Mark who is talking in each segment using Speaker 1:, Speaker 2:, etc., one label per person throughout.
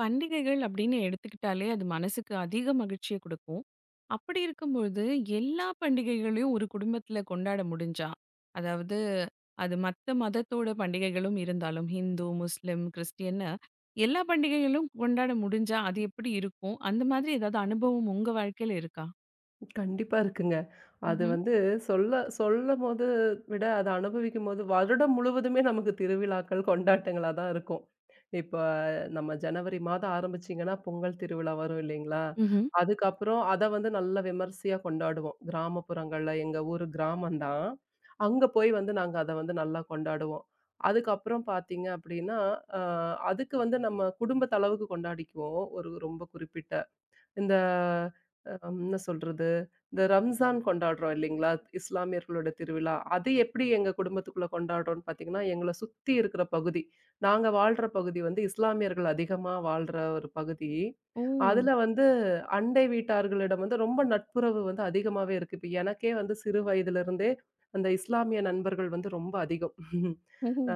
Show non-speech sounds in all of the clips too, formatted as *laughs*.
Speaker 1: பண்டிகைகள் அப்படின்னு எடுத்துக்கிட்டாலே அது மனசுக்கு அதிக மகிழ்ச்சியை கொடுக்கும். அப்படி இருக்கும்பொழுது எல்லா பண்டிகைகளையும் ஒரு குடும்பத்துல கொண்டாட முடிஞ்சா, அதாவது அது மத்த மதத்தோட பண்டிகைகளும் இருந்தாலும் ஹிந்து, முஸ்லிம், கிறிஸ்டியன்னு எல்லா பண்டிகைகளும் கொண்டாட முடிஞ்சா அது எப்படி இருக்கும்? அந்த மாதிரி ஏதாவது அனுபவம் உங்க வாழ்க்கையில இருக்கா?
Speaker 2: கண்டிப்பா இருக்குங்க. அது
Speaker 1: ம்ஹ்ம்.
Speaker 2: வந்து சொல்ல சொல்லம்போது விட, அத அனுபவிக்கும்போது வருடம் முழுவதுமே நமக்கு திருவிழாக்கள், கொண்டாட்டங்களா தான் இருக்கும். இப்ப நம்ம ஜனவரி மாதம் ஆரம்பிச்சீங்கன்னா, பொங்கல் திருவிழா வரும் இல்லைங்களா?
Speaker 1: ம்ஹ்ம்.
Speaker 2: அதுக்கப்புறம் அத வந்து நல்லா விமர்சையா கொண்டாடுவோம். கிராமப்புறங்கள்ல எங்க ஊரு கிராமம் தான். அங்க போய் வந்து நாங்க அத வந்து நல்லா கொண்டாடுவோம். அதுக்கப்புறம் பார்த்தீங்க அப்படின்னா, அ அதுக்கு வந்து நம்ம குடும்பத்தளவுக்கு கொண்டாடிக்குவோம். ஒரு ரொம்ப குறிப்பிட்ட இந்த என்ன சொல்றது? இந்த ரம்ஜான் கொண்டாடுறோம் இல்லைங்களா? இஸ்லாமியர்களோட திருவிழா. அது எப்படி எங்க குடும்பத்துக்குள்ள கொண்டாடுறோம்ன்னு பார்த்தீங்கன்னா, எங்கள சுத்தி இருக்கிற பகுதி. நாங்க வாழ்ற பகுதி வந்து இஸ்லாமியர்கள் அதிகமா வாழ்ற ஒரு பகுதி.
Speaker 1: ஓ!
Speaker 2: அதுல வந்து அண்டை வீட்டார்களிடம் வந்து ரொம்ப நட்புறவு வந்து அதிகமாவே இருக்கு. இப்ப எனக்கே வந்து சிறு வயதிலிருந்தே அந்த இஸ்லாமிய நண்பர்கள் வந்து ரொம்ப அதிகம். *laughs* அ
Speaker 1: ம்ஹ்ம்.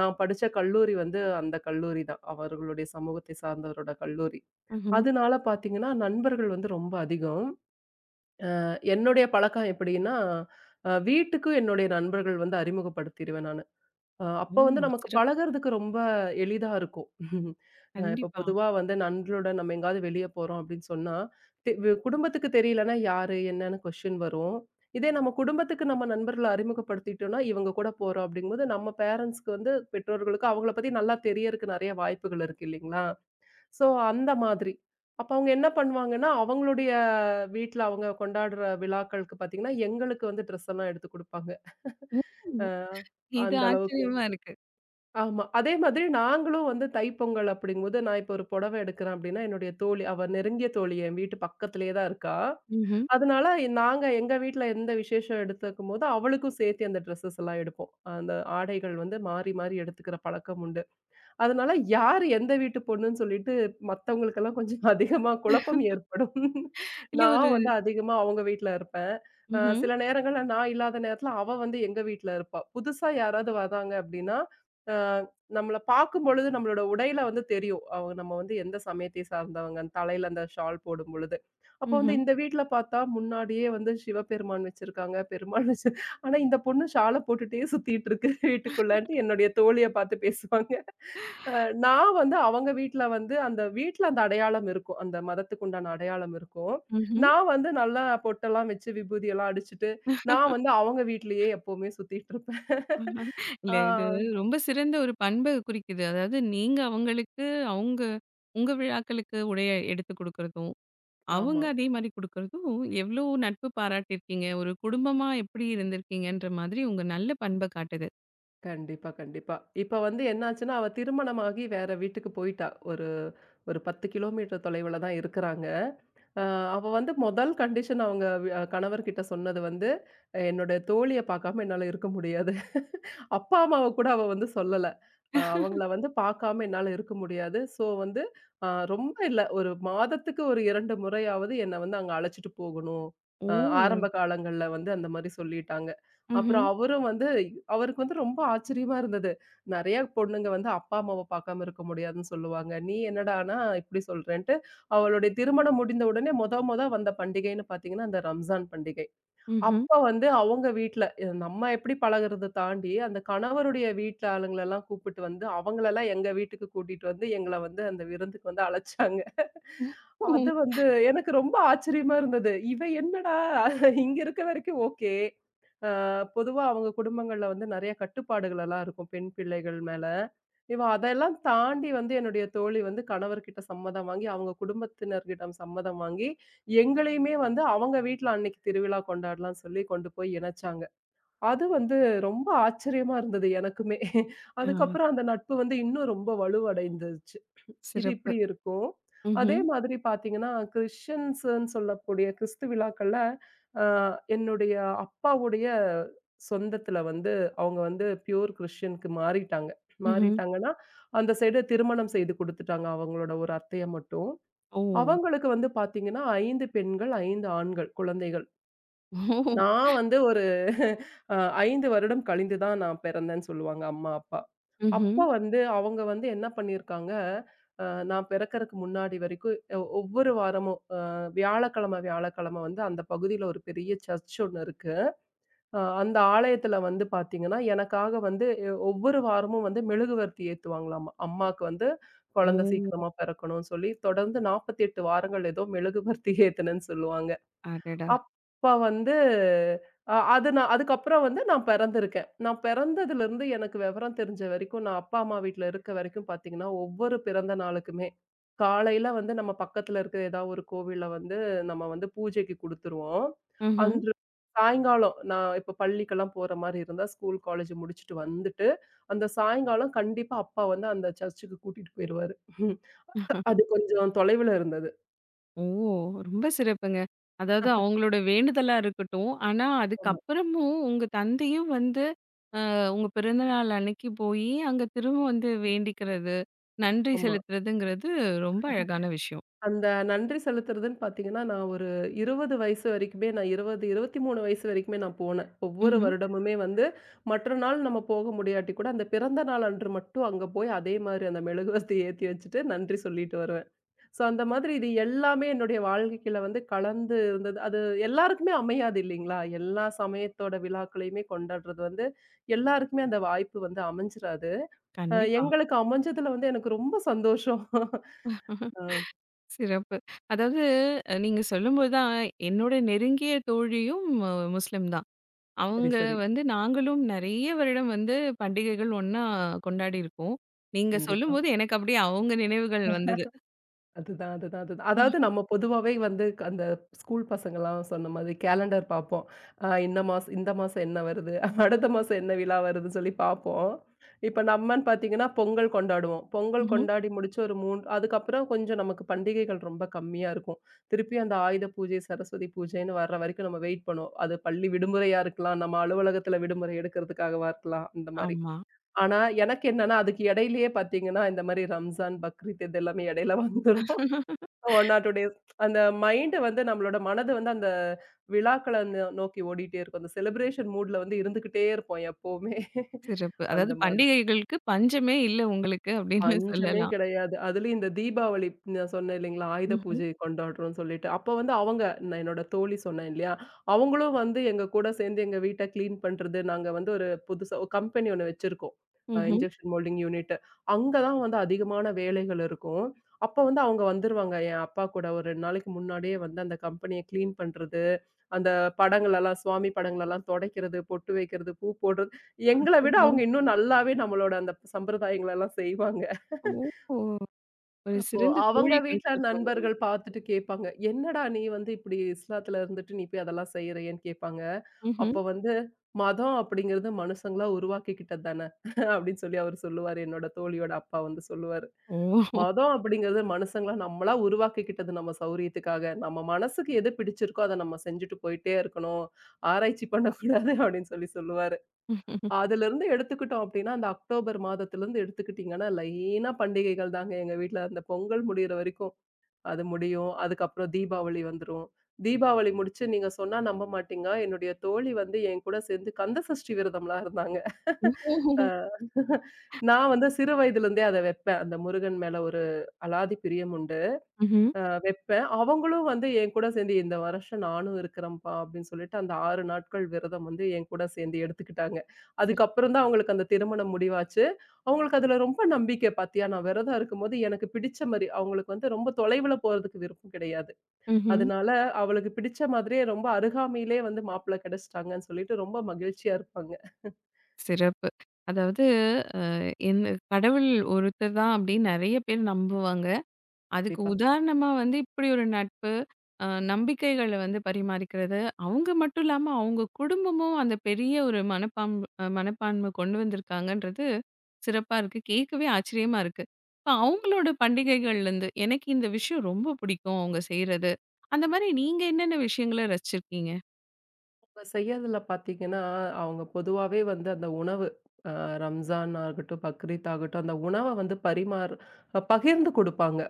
Speaker 2: நான் படிச்ச கல்லூரி வந்து அந்த கல்லூரி தான். அவர்களுடைய சமூகத்தை சார்ந்தவரோட கல்லூரி.
Speaker 1: ம்ஹ்ம்.
Speaker 2: அதனால பார்த்தீங்கன்னா, நண்பர்கள் வந்து ரொம்ப அதிகம். என்னுடைய பழக்கம் எப்படின்னா, வீட்டுக்கும் என்னுடைய நண்பர்கள் வந்து அறிமுகப்படுத்திருவேன் நானு. அப்போ வந்து
Speaker 1: ஓ!
Speaker 2: நமக்கு
Speaker 1: சிறப்பு.
Speaker 2: பழகுறதுக்கு ரொம்ப எளிதா இருக்கும். *laughs* இப்போ
Speaker 1: கண்டிப்பா.
Speaker 2: பொதுவா வந்து நண்பர்களோட நம்ம எங்கேயாவது வெளிய போறோம் அப்படின்னு சொன்னா, தெ வு குடும்பத்துக்கு தெரியலன்னா யாரு? என்னன்னு கொஸ்டின் வரும். இதே நம்ம குடும்பத்துக்கு நம்ம நண்பர்கள அறிமுகப்படுத்திட்டோம்னா, இவங்க கூட போறோம் அப்படிங்கும்போது, நம்ம பேரண்ட்ஸ்க்கு வந்து பெற்றோர்களுக்கு அவங்கள பத்தி நல்லா தெரியறக்கு நெறைய வாய்ப்புகள் இருக்கு இல்லைங்களா? ஸோ அந்த மாதிரி. அப்ப அவங்க என்ன பண்ணுவாங்கன்னா, அவங்களுடைய வீட்ல அவங்க கொண்டாடுற விழாக்களுக்கு பார்த்தீங்கன்னா, எங்களுக்கு வந்து ட்ரெஸ் எல்லாம் எடுத்து குடுப்பாங்க.
Speaker 1: ஓ!
Speaker 2: அ
Speaker 1: இது
Speaker 2: அந்த அளவுக்கு.
Speaker 1: ஆச்சரியமா இருக்கு.
Speaker 2: ஆமா. அதே மாதிரி நாங்களும் வந்து தைப்பொங்கல் அப்படிங்கும்போது, நான் இப்போ ஒரு புடவை எடுக்கிறேன் அப்படின்னா, என்னுடைய தோழி அவ நெருங்கிய தோழி என் வீட்டு பக்கத்திலேயே தான் இருக்கா.
Speaker 1: ம்ஹ்ம்.
Speaker 2: அதனால நாங்க எங்க வீட்ல எந்த விசேஷம் எடுத்துக்கும்போது, அவளுக்கும் சேர்த்து அந்த ட்ரெஸ்ஸஸ் எல்லாம் எடுப்போம். அந்த ஆடைகள் வந்து மாறி மாறி எடுத்துக்கிற பழக்கம் உண்டு. அதனால யார் எந்த வீட்டு பொண்ணுன்னு சொல்லிட்டு மத்தவங்களுக்கெல்லாம் கொஞ்சம் *laughs* அதிகமா குழப்பம் ஏற்படும்.
Speaker 1: இல்ல ஒரு
Speaker 2: நான் வந்து அதிகமா அவங்க வீட்ல இருப்பேன்.
Speaker 1: ம்ஹ்ம்.
Speaker 2: சில நேரங்கள்ல நான் இல்லாத நேரத்துல அவ வந்து எங்க வீட்ல இருப்பா. புதுசா யாராவது வராங்க அப்டின்னா, அ நம்மள பார்க்கும்பொழுது நம்மளோட உடையில வந்து தெரியும். அவங்க நம்ம வந்து எந்த சமயத்தை சார்ந்தவங்க. அந்த தலையில அந்த ஷால் போடும்பொழுது. அப்போ வந்து
Speaker 1: ம்ஹ்ம்.
Speaker 2: இந்த வீட்ல பார்த்தா முன்னாடியே வந்து சிவபெருமான் வச்சிருக்காங்க, பெருமாள் வச்சு. ஆனா இந்த பொண்ணு ஷால போட்டுட்டே சுத்திட்டு இருக்கு வீட்டுக்குள்ளன்ட்டு என்னுடைய தோழிய பார்த்து பேசுவாங்க. அ நான் வந்து அவங்க வீட்ல வந்து அந்த வீட்ல அந்த அடையாளம் இருக்கும். அந்த மதத்துக்கு உண்டான அடையாளம் இருக்கும்.
Speaker 1: ம்ஹ்ம்.
Speaker 2: நான் வந்து நல்லா பொட்டெல்லாம் வச்சு, விபூதி எல்லாம் அடிச்சுட்டு, நான் வந்து அவங்க வீட்லயே எப்பவுமே சுத்திட்டு இருப்பேன். ஆ.
Speaker 1: இல்ல இது ரொம்ப சிறந்த ஒரு பண்பை குறிக்குது. அதாவது நீங்க அவங்களுக்கு, அவங்க உங்க விழாக்களுக்கு உடைய எடுத்து குடுக்குறதும், அவங்க
Speaker 2: ஆமா.
Speaker 1: அதே மாரி குடுக்குறதும் எவ்ளோ நட்பு பாராட்டியிருக்கீங்க. ஒரு குடும்பமா எப்படி இருந்திருக்கீங்கன்ற மாதிரி உங்க நல்ல பண்பை காட்டுது.
Speaker 2: கண்டிப்பா, கண்டிப்பா. இப்ப வந்து என்னாச்சுன்னா, அவ திருமணமாகி வேற வீட்டுக்கு போயிட்டா. ஒரு ஒரு 10 கிலோமீட்டர் தொலைவுல தான் இருக்குறாங்க. அ அவ வந்து முதல் கண்டிஷன் அவங்க வி கணவர்கிட்ட சொன்னது வந்து, "என்னோட தோழிய பார்க்காம என்னால இருக்க முடியாது." அப்பா, அம்மாவ கூட அவ வந்து சொல்லல. அவங்கள வந்து பார்க்காம என்னால இருக்க முடியாது. ஸோ வந்து அ ரொம்ப இல்ல. ஒரு மாதத்துக்கு ஒரு 2 முறையாவது என்ன வந்து அங்க அழைச்சுட்டு போகணும். அ
Speaker 1: ஓ!
Speaker 2: ஆரம்ப காலங்கள்ல வந்து அந்த மாரி சொல்லிட்டாங்க.
Speaker 1: ம்ஹ்ம்,
Speaker 2: அப்புறம் அவரும் வந்து அவருக்கு வந்து ரொம்ப ஆச்சரியமா இருந்தது. நெறைய பொண்ணுங்க வந்து அப்பா, அம்மாவ பார்க்காம இருக்க முடியாதுன்னு சொல்லுவாங்க. நீ என்னடான்னா இப்படி சொல்றேன்ட்டு, அவளுடைய திருமணம் முடிந்த உடனே மொத மொத வந்த பண்டிகைன்னு பார்த்தீங்கன்னா, அந்த ரம்ஜான் பண்டிகை.
Speaker 1: ம்ஹ்ம்.
Speaker 2: அப்ப வந்து அவங்க வீட்ல, இது நம்ம எப்படி பழகுறத தாண்டி, அந்த கணவருடைய வீட்ல ஆளுங்களலாம் கூப்பிட்டு வந்து, அவங்களலாம் எங்க வீட்டுக்கு கூட்டிட்டு வந்து, எங்கள வந்து அந்த விருந்துக்கு வந்து அழைச்சாங்க. அது வந்து எனக்கு ரொம்ப ஆச்சரியமா இருந்தது. இவ என்னடா இங்க இருக்க வரைக்கும் ஓகே. அ பொதுவா அவங்க குடும்பங்கள்ல வந்து நெறைய கட்டுப்பாடுகளெல்லாம் இருக்கும் பெண் பிள்ளைகள் மேல. இவ அதெல்லாம் தாண்டி வந்து என்னுடைய தோழி வந்து கணவர்கிட்ட சம்மதம் வாங்கி, அவங்க குடும்பத்தினர்கிடம் சம்மதம் வாங்கி, எங்களையுமே வந்து அவங்க வீட்ல அன்னைக்கு திருவிழா கொண்டாடலாம்னு சொல்லி கொண்டு போய் இணச்சாங்க. அது வந்து ரொம்ப ஆச்சரியமா இருந்தது எனக்குமே.
Speaker 1: ஆ
Speaker 2: அதுக்கப்புறம் அந்த நட்பு வந்து இன்னும் ரொம்ப வலுவடைந்துச்சு. இது
Speaker 1: சிறப்பு.
Speaker 2: இப்படி இருக்கும். அதே
Speaker 1: ம்ஹ்ம்,
Speaker 2: மாதிரி பார்த்தீங்கன்னா, கிறிஸ்டியன்ஸ்ன்னு சொல்லக்கூடிய கிறிஸ்து விழாக்கள்ல அ என்னுடைய அப்பாவுடைய சொந்தத்தில வந்து அவங்க வந்து பியூர் கிறிஸ்டியனுக்கு மாறிட்டாங்க.
Speaker 1: ம்ஹ்ம்.
Speaker 2: மாறிட்டாங்கன்னா, அந்த சைடு திருமணம் செய்து குடுத்துட்டாங்க அவங்களோட ஒரு அத்தைய மட்டும்.
Speaker 1: ஓ!
Speaker 2: அவங்களுக்கு வந்து பார்த்தீங்கன்னா, 5 பெண்கள், 5 ஆண்கள் குழந்தைகள்.
Speaker 1: ஓ!
Speaker 2: நான் வந்து ஒரு அ 5 வருடம் கழிந்து தான் நான் பிறந்தேன்னு சொல்லுவாங்க அம்மா, அப்பா. அப்ப
Speaker 1: ம்ஹ்ம்.
Speaker 2: வந்து அவங்க வந்து என்ன பண்ணியிருக்காங்க, அ நான் பிறக்கறக்கு முன்னாடி வரைக்கும் ஒவ்வொரு வாரமும் வியாழக்கிழமை, வியாழக்கிழமை வந்து அந்த பகுதியில ஒரு பெரிய சர்ச் ஒண்ணு இருக்கு. அந்த ஆலயத்துல வந்து பாத்தீங்கன்னா, எனக்காக வந்து ஒவ்வொரு வாரமும் வந்து மெழுகுவர்த்தி ஏத்துவாங்களாமா. அம்மாக்கு வந்து
Speaker 1: ஓ!
Speaker 2: குழந்தை சீக்கிரமா பிறக்கணும்னு சொல்லி, தொடர்ந்து 48 வாரங்கள் ஏதோ மெழுகுவர்த்தி ஏத்துனேன்னு சொல்லுவாங்க.
Speaker 1: அடடா!
Speaker 2: அப்ப வந்து அது நான் அதுக்கப்புறம் வந்து நான் பிறந்திருக்கேன். நான் பிறந்ததுலருந்து எனக்கு விவரம் தெரிஞ்ச வரைக்கும், நான் அப்பா, அம்மா வீட்ல இருக்க வரைக்கும் பார்த்தீங்கன்னா, ஒவ்வொரு பிறந்த நாளுக்குமே, காலையில வந்து நம்ம பக்கத்துல இருக்கிற ஏதாவது ஒரு கோவில்ல வந்து நம்ம வந்து பூஜைக்கு குடுத்துருவோம்.
Speaker 1: ம்ஹ்ம்.
Speaker 2: அன்று சாயங்காலம் நான் இப்ப பள்ளிக்கெல்லாம் போற மாரி இருந்தா, ஸ்கூல், காலேஜ் முடிச்சுட்டு வந்துட்டு, அந்த சாயங்காலம் கண்டிப்பா அப்பா வந்து அந்த சர்ச்சுக்கு கூட்டிட்டு போயிருவாரு. *laughs* அது கொஞ்சம் தொலைவுல இருந்தது.
Speaker 1: ஓ! ரொம்ப சிறப்புங்க. அதாவது அவங்களோட வேண்டுதலா இருக்கட்டும். ஆனா,
Speaker 2: ஆமா,
Speaker 1: அதுக்கப்புறமும் உங்க தந்தையும் வந்து, அ உங்க பிறந்த நாள் அன்னைக்கு போயி, அங்க திரும்ப வந்து வேண்டிக்கிறது, நன்றி
Speaker 2: ஆமா.
Speaker 1: செலுத்துறதுங்கிறது ரொம்ப அழகான விஷயம்.
Speaker 2: அந்த நன்றி செலுத்துறதுன்னு பார்த்தீங்கன்னா, நான் ஒரு 20 வயசு வரைக்குமே நான் 20, 23 வயசு வரைக்குமே நான் போனேன். ஒவ்வொரு
Speaker 1: ம்ஹ்ம்.
Speaker 2: வருடமுமே வந்து மற்ற நாள் நம்ம போக முடியாட்டி கூட, அந்த பிறந்த நாள் அன்று மட்டும் அங்க போய் அதே மாரி அந்த மெழுகுவர்த்தி ஏத்தி வச்சுட்டு நன்றி சொல்லிட்டு வருவேன். ஸோ அந்த மாதிரி இது எல்லாமே என்னுடைய வாழ்க்கையில வந்து கலந்து இருந்தது. அது எல்லாருக்குமே அமையாது இல்லைங்களா? எல்லா சமயத்தோட விழாக்களையுமே கொண்டாடுறது வந்து எல்லாருக்குமே அந்த வாய்ப்பு வந்து அமைஞ்சிராது.
Speaker 1: கண்டிப்பா.
Speaker 2: எங்களுக்கு அமைஞ்சதுல வந்து எனக்கு ரொம்ப சந்தோஷம். *laughs* ஆ
Speaker 1: சிறப்பு. அதாவது நீங்க சொல்லும்போது தான் என்னோட நெருங்கிய தோழியும் முஸ்லிம் தான்.
Speaker 2: சரி,
Speaker 1: அவங்க
Speaker 2: சரி.
Speaker 1: வந்து நாங்களும் நெறைய வருடம் வந்து பண்டிகைகள் ஒண்ணா கொண்டாடியிருக்கோம். நீங்க
Speaker 2: கண்டிப்பா.
Speaker 1: சொல்லும்போது எனக்கு அப்படியே அவங்க நினைவுகள் வந்தது.
Speaker 2: அதுதான், அதுதான், அதுதான். அதாவது நம்ம பொதுவாவே வந்து அந்த ஸ்கூல் பசங்கலாம் சொன்ன மாதிரி கேலண்டர் பார்ப்போம். இந்த மாசம் இந்த மாசம் என்ன வருது? *laughs* அடுத்த மாசம் என்ன விழா வருதுன்னு சொல்லி பார்ப்போம். இப்ப நம்மன்னு பார்த்தீங்கன்னா, பொங்கல் கொண்டாடுவோம். பொங்கல்
Speaker 1: ம்ஹ்ம்.
Speaker 2: கொண்டாடி முடிச்சு ஒரு 3 அதுக்கப்புறம் கொஞ்சம் நமக்கு பண்டிகைகள் ரொம்ப கம்மியா இருக்கும். திருப்பி அந்த ஆயுத பூஜை, சரஸ்வதி பூஜைன்னு வர்ற வரைக்கும் நம்ம வெயிட் பண்ணுவோம். அது பள்ளி விடுமுறையா இருக்கலாம், நம்ம அலுவலகத்துல விடுமுறை எடுக்கிறதுக்காகவா இருக்கலாம், அந்த மாரி.
Speaker 1: ஆமா.
Speaker 2: ஆனா எனக்கு என்னன்னா, அதுக்கு இடையிலேயே பார்த்தீங்கன்னா, இந்த மாரி ரம்ஜான், பக்ரீத் இது எல்லாமே இடையில வந்துரும். One or 2 days. அந்த மைண்ட் வந்து நம்மளோட மனது வந்து அந்த விழாக்கள நோக்கி ஓடிட்டே இருக்கும். அந்த செலிப்ரேஷன் மூட்ல வந்து இருந்துகிட்டே இருப்போம் எப்பவுமே. *laughs*
Speaker 1: சிறப்பு.
Speaker 2: அந்த
Speaker 1: அதாவது
Speaker 2: மாதிரி.
Speaker 1: பண்டிகைகளுக்கு பஞ்சமே இல்ல உங்களுக்கு அப்படின்னு
Speaker 2: பஞ்சமே
Speaker 1: சொல்லலாம்.
Speaker 2: கிடையாது. அதுலயும் இந்த தீபாவளி நான் சொன்னேன் இல்லைங்களா? ஆயுத
Speaker 1: ம்ஹ்ம்.
Speaker 2: பூஜை கொண்டாடுறோம்ன்னு சொல்லிட்டு. அப்ப வந்து அவங்க நான் என்னோட தோழி சொன்னேன் இல்லையா? அவங்களும் வந்து எங்க கூட சேர்ந்து எங்க வீட்ட கிளீன் பண்றது, நாங்க வந்து ஒரு புதுசா ஒரு கம்பெனி ஒண்ணு வச்சிருக்கோம்.
Speaker 1: ம்ஹ்ம்.
Speaker 2: Injection moulding unit. அங்க தான் வந்து அதிகமான வேலைகள் இருக்கும். அப்ப வந்து அவங்க வந்துருவாங்க. என் அப்பா கூட ஒரு 2 நாளைக்கு முன்னாடியே வந்து அந்த கம்பெனிய கிளீன் பண்றது, அந்த படங்களெல்லாம் சுவாமி படங்களெல்லாம் துடைக்கிறது, பொட்டு வைக்கிறது, பூ போடுறது எங்கள விட அவங்க
Speaker 1: *unintelligible*
Speaker 2: இன்னும் நல்லாவே நம்மளோட அந்த சம்பிரதாயங்களெல்லாம் செய்வாங்க.
Speaker 1: ஓ! ஒரு
Speaker 2: அப்போ
Speaker 1: சிறந்த
Speaker 2: அவங்க
Speaker 1: தோழி
Speaker 2: வீட்ல
Speaker 1: கிடைச்சிருக்காங்க
Speaker 2: நண்பர்கள்
Speaker 1: உங்களுக்கு.
Speaker 2: பார்த்துட்டு கேட்பாங்க. "என்னடா நீ வந்து இப்படி இஸ்லாத்துல இருந்துட்டு நீ போய் அதெல்லாம் செய்றயேன்னு?" கேட்பாங்க.
Speaker 1: ம்ஹ்ம்.
Speaker 2: அப்போ வந்து மதம் அப்படிங்கிறது மனுஷங்களா உருவாக்கிக்கிட்டது தானே அப்படின்னு சொல்லி அவரு சொல்லுவாரு. என்னோட தோழியோட அப்பா வந்து சொல்லுவாரு.
Speaker 1: ஓ!
Speaker 2: மதம் அப்படிங்கிறது மனுஷங்களா நம்மளா உருவாக்கிக்கிட்டது நம்ம சௌரியத்துக்காக. நம்ம மனசுக்கு எது பிடிச்சிருக்கோ அத நம்ம செஞ்சுட்டு போயிட்டே இருக்கணும். ஆராய்ச்சி பண்ணக்கூடாது அப்படின்னு சொல்லி சொல்லுவாரு. அதுலருந்து எடுத்துக்கிட்டோம் அப்டின்னா, அந்த அக்டோபர் மாதத்துலருந்து எடுத்துக்கிட்டீங்கன்னா, லைனா பண்டிகைகள் தாங்க எங்க வீட்ல. அந்த பொங்கல் முடியிற வரைக்கும் அது முடியும். அதுக்கப்புறம் தீபாவளி வந்துரும். தீபாவளி முடிச்சு நீங்க சொன்னா நம்ப மாட்டீங்க. என்னுடைய தோழி வந்து என் கூட சேர்ந்து கந்த சஷ்டி விரதம்லாம் இருந்தாங்க.
Speaker 1: ஓஹோ!
Speaker 2: அ நான் வந்து சிறு வயதிலிருந்தே அத வெப்பேன். அந்த முருகன் மேல ஒரு அலாதி பிரியம் உண்டு.
Speaker 1: ம்ஹ்ம்.
Speaker 2: வெப்பேன். அவங்களும் வந்து என் கூட சேர்ந்து, "இந்த வருஷம் நானும் இருக்கிறேன்ப்பா" அப்படின்னு சொல்லிட்டு, அந்த 6 நாட்கள் விரதம் வந்து என் கூட சேர்ந்து எடுத்துக்கிட்டாங்க.
Speaker 1: சிறப்பு.
Speaker 2: அதுக்கப்புறம் தான் அவங்களுக்கு அந்த திருமணம் முடிவாச்சு. அவங்களுக்கு அதுல ரொம்ப நம்பிக்கை. "பாத்தியா, நான் விரதம் இருக்கும்போது எனக்கு பிடிச்ச மாரி" அவங்களுக்கு வந்து ரொம்ப தொலைவுல போறதுக்கு விருப்பம் கிடையாது.
Speaker 1: ம்ஹ்ம்.
Speaker 2: அதனால அவளுக்கு பிடிச்ச மாதிரியே ரொம்ப அருகாமையிலேயே வந்து மாப்பிள்ளை கிடைச்சிட்டாங்கன்னு சொல்லிட்டு ரொம்ப மகிழ்ச்சியா இருப்பாங்க.
Speaker 1: சிறப்பு. அதாவது அ என்ன கடவுள் ஒருத்தர் தான் அப்படின்னு நெறைய பேர் நம்புவாங்க. அதுக்கு
Speaker 2: கண்டிப்பா.
Speaker 1: உதாரணமா வந்து இப்படி ஒரு நட்பு, அ நம்பிக்கைகள வந்து பரிமாறிக்கிறது. அவங்க மட்டும் இல்லாம அவங்க குடும்பமும் அந்த பெரிய ஒரு மனப்பான்பு மனப்பான்மை கொண்டு வந்திருக்காங்கன்றது சிறப்பா இருக்கு. கேட்கவே ஆச்சரியமா இருக்கு. இப்ப அவங்களோட பண்டிகைகள்லேருந்து எனக்கு இந்த விஷயம் ரொம்ப பிடிக்கும் அவங்க செய்றது. அந்த மாரி நீங்க என்னென்ன விஷயங்கள ரசிச்சிருக்கீங்க?
Speaker 2: அவங்க செய்யறதுல பார்த்தீங்கன்னா, அவங்க பொதுவாவே வந்து அந்த உணவு அ ரம்ஜான் ஆகட்டும், பக்ரீத் ஆகட்டும், அந்த உணவ வந்து பரிமாறு அ பகிர்ந்து குடுப்பாங்க.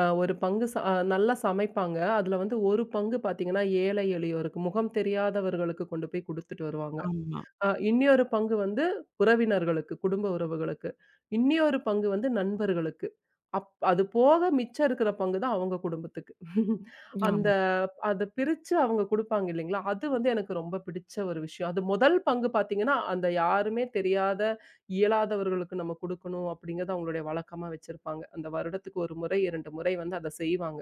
Speaker 2: ஒரு பங்கு ச அ நல்லா சமைப்பாங்க. அதுல வந்து ஒரு பங்கு பார்த்தீங்கன்னா, ஏழை எளியோருக்கு, முகம் தெரியாதவர்களுக்கு கொண்டு போய் குடுத்துட்டு வருவாங்க.
Speaker 1: ஆமா.
Speaker 2: இன்னியொரு பங்கு வந்து உறவினர்களுக்கு, குடும்ப உறவுகளுக்கு. இன்னியொரு பங்கு வந்து நண்பர்களுக்கு. அது போக மிச்சம் இருக்கிற பங்கு தான் அவங்க குடும்பத்துக்கு. *laughs* அந்த அத பிரிச்சு அவங்க குடுப்பாங்க இல்லைங்களா? அது வந்து எனக்கு ரொம்ப பிடிச்ச ஒரு விஷயம். அது முதல் பங்கு பார்த்தீங்கன்னா, அந்த யாருமே தெரியாத, இயலாதவர்களுக்கு நம்ம குடுக்கணும் அப்படிங்கிறது அவங்களுடைய வழக்கமா வச்சிருப்பாங்க. அந்த வருடத்துக்கு 1 முறை, 2 முறை வந்து அத செய்வாங்க.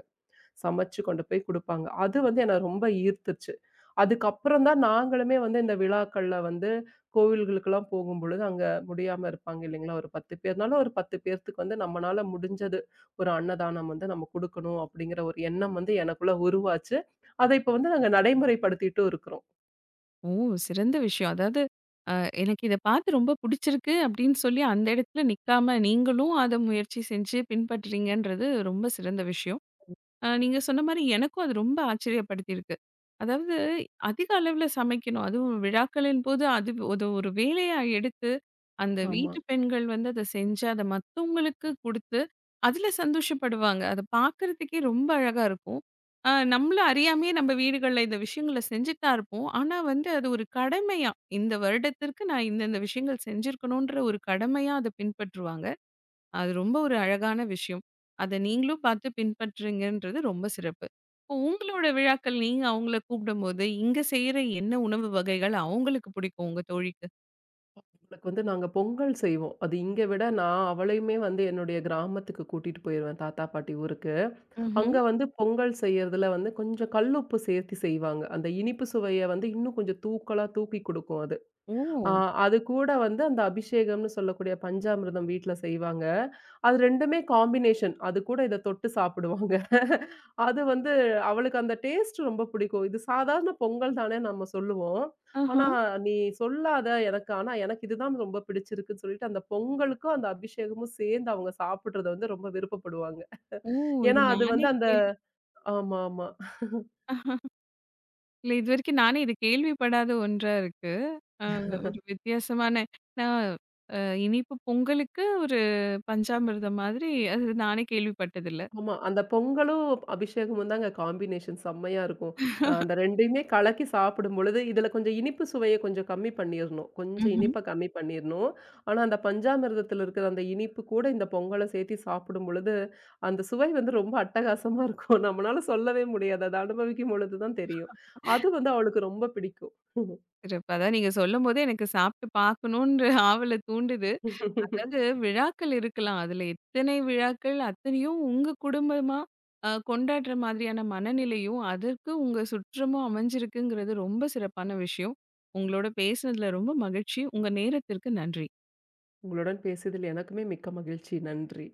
Speaker 2: சமைச்சு கொண்டு போய் குடுப்பாங்க. அது வந்து என்ன ரொம்ப ஈர்த்துச்சு. அதுக்கப்புறம் தான் நாங்களுமே வந்து இந்த விழாக்கள்ல வந்து கோவில்களுக்கெல்லாம் போகும்பொழுது, அங்க முடியாம இருப்பாங்க இல்லைங்களா? ஒரு 10 பேர்னால ஒரு 10 பேர்த்துக்கு வந்து நம்மனால முடிஞ்சது ஒரு அன்னதானம் வந்து நம்ம குடுக்கணும் அப்படிங்கிற ஒரு எண்ணம் வந்து எனக்குள்ள உருவாச்சு. அத இப்ப வந்து நாங்க நடைமுறைப்படுத்திட்டும் இருக்கிறோம்.
Speaker 1: ஓ! சிறந்த விஷயம். அதாவது, அ எனக்கு இத பார்த்து ரொம்ப புடிச்சிருக்கு அப்படின்னு சொல்லி, அந்த இடத்துல நிக்காம நீங்களும் அத முயற்சி செஞ்சு பின்பற்றீங்கன்றது ரொம்ப சிறந்த விஷயம். நீங்க சொன்ன மாரி எனக்கும் அது ரொம்ப ஆச்சரியப்படுத்தியிருக்கு. அதாவது அதிக அளவுல சமைக்கணும். அதுவும் விழாக்களின் போது அது அது ஒரு வேலையா எடுத்து, அந்த
Speaker 2: ஆமா.
Speaker 1: வீட்டு பெண்கள் வந்து அத செஞ்சு, அத மத்தவங்களுக்கு குடுத்து, அதுல சந்தோஷப்படுவாங்க. அத பார்க்கறதுக்கே ரொம்ப அழகா இருக்கும். நம்மள அறியாமயே நம்ம வீடுகள்ல இந்த விஷயங்கள செஞ்சுட்டு தான் இருப்போம். ஆனா வந்து அது ஒரு கடமையா, இந்த வருடத்திற்கு நான் இந்த இந்த விஷயங்கள் செஞ்சிருக்கணுன்ற ஒரு கடமையா அத பின்பற்றுவாங்க. அது ரொம்ப ஒரு அழகான விஷயம். அத நீங்களும் பார்த்து பின்பற்றுறீங்கன்றது ரொம்ப சிறப்பு. இப்போ உங்களோட விழாக்கள் நீங்க அவங்கள கூப்பிடும்போது, இங்க செய்ற என்ன உணவு வகைகள் அவங்களுக்கு பிடிக்கும் உங்க தோழிக்கு?
Speaker 2: எங்களுக்கு வந்து நாங்க பொங்கல் செய்வோம். அது இங்க விட நான் அவளையுமே வந்து என்னுடைய கிராமத்துக்கு கூட்டிட்டு போயிருவேன் தாத்தா, பாட்டி ஊருக்கு.
Speaker 1: ம்ஹ்ம்.
Speaker 2: அங்க வந்து பொங்கல் செய்யறதுல வந்து கொஞ்சம் கல்லுப்பு சேர்த்து செய்வாங்க. அந்த இனிப்பு சுவைய வந்து இன்னும் கொஞ்சம் தூக்கலா தூக்கி குடுக்கும் அது.
Speaker 1: ஓ!
Speaker 2: ஆ அது கூட வந்து அந்த அபிஷேகம்னு சொல்லக்கூடிய பஞ்சாமிர்தம் வீட்ல செய்வாங்க. அது 2மே காம்பினேஷன். அது கூட இத தொட்டு சாப்பிடுவாங்க. அது வந்து அவளுக்கு அந்த டேஸ்ட் ரொம்ப பிடிக்கும். இது சாதாரண பொங்கல் தானே நம்ம சொல்லுவோம். ஆனா,
Speaker 1: ஆஹா.
Speaker 2: "நீ சொல்லாத எனக்கு. ஆனா எனக்கு இதுதான் ரொம்ப பிடிச்சிருக்குன்னு" சொல்லிட்டு அந்த பொங்கலுக்கும், அந்த அபிஷேகமும் சேர்ந்து அவங்க சாப்பிடுறத வந்து ரொம்ப விருப்பப்படுவாங்க.
Speaker 1: ஓ! இது
Speaker 2: ஏன்னா அது
Speaker 1: நானே
Speaker 2: வந்து அந்த
Speaker 1: கேள்
Speaker 2: ஆமா, ஆமா.
Speaker 1: *laughs* இல்ல இதுவரைக்கும் நானே இது கேள்விப்படாத ஒன்றா இருக்கு. அ ஒரு வித்தியாசமான நான் அ இனிப்பு பொங்கலுக்கு ஒரு பஞ்சாமிர்தம் மாதிரி அது நானே கேள்விப்பட்டதில்ல.
Speaker 2: ஆமா. அந்த பொங்கலும், அபிஷேகமும் தாங்க காம்பினேஷன் செம்மையா இருக்கும். அந்த 2யுமே கலக்கி சாப்பிடும்பொழுது, இதுல கொஞ்சம் இனிப்பு சுவைய கொஞ்சம் கம்மி பண்ணிறணும். கொஞ்சம்
Speaker 1: ம்ஹ்ம்.
Speaker 2: இனிப்ப கம்மி பண்ணிறணும். ஆனா, அந்த பஞ்சாமிர்தத்துல இருக்கிற அந்த இனிப்பு கூட இந்த பொங்கல சேர்த்து சாப்பிடும்பொழுது, அந்த சுவை வந்து ரொம்ப அட்டகாசமா இருக்கும். நம்மளால சொல்லவே முடியாது. அத அனுபவிக்கும் பொழுது தான் தெரியும். அது வந்து அவளுக்கு ரொம்ப பிடிக்கும்.
Speaker 1: சிறப்பு. அதான் நீங்க சொல்லும்போதே எனக்கு சாப்பிட்டு பார்க்கணுன்ற ஆவல தூண்டுது. அதாவது
Speaker 2: *laughs*
Speaker 1: விழாக்கள் இருக்கலாம். அதுல எத்தனை விழாக்கள், அத்தனையும் உங்க குடும்பமா கொண்டாடுற மாதிரியான மனநிலையும், அதற்கு உங்க சுற்றமும் அமைஞ்சிருக்குங்கிறது ரொம்ப சிறப்பான விஷயம். உங்களோட பேசினதுல ரொம்ப மகிழ்ச்சி. உங்க நேரத்திற்கு நன்றி.
Speaker 2: உங்களுடன் பேசியதில் எனக்குமே மிக்க மகிழ்ச்சி. நன்றி.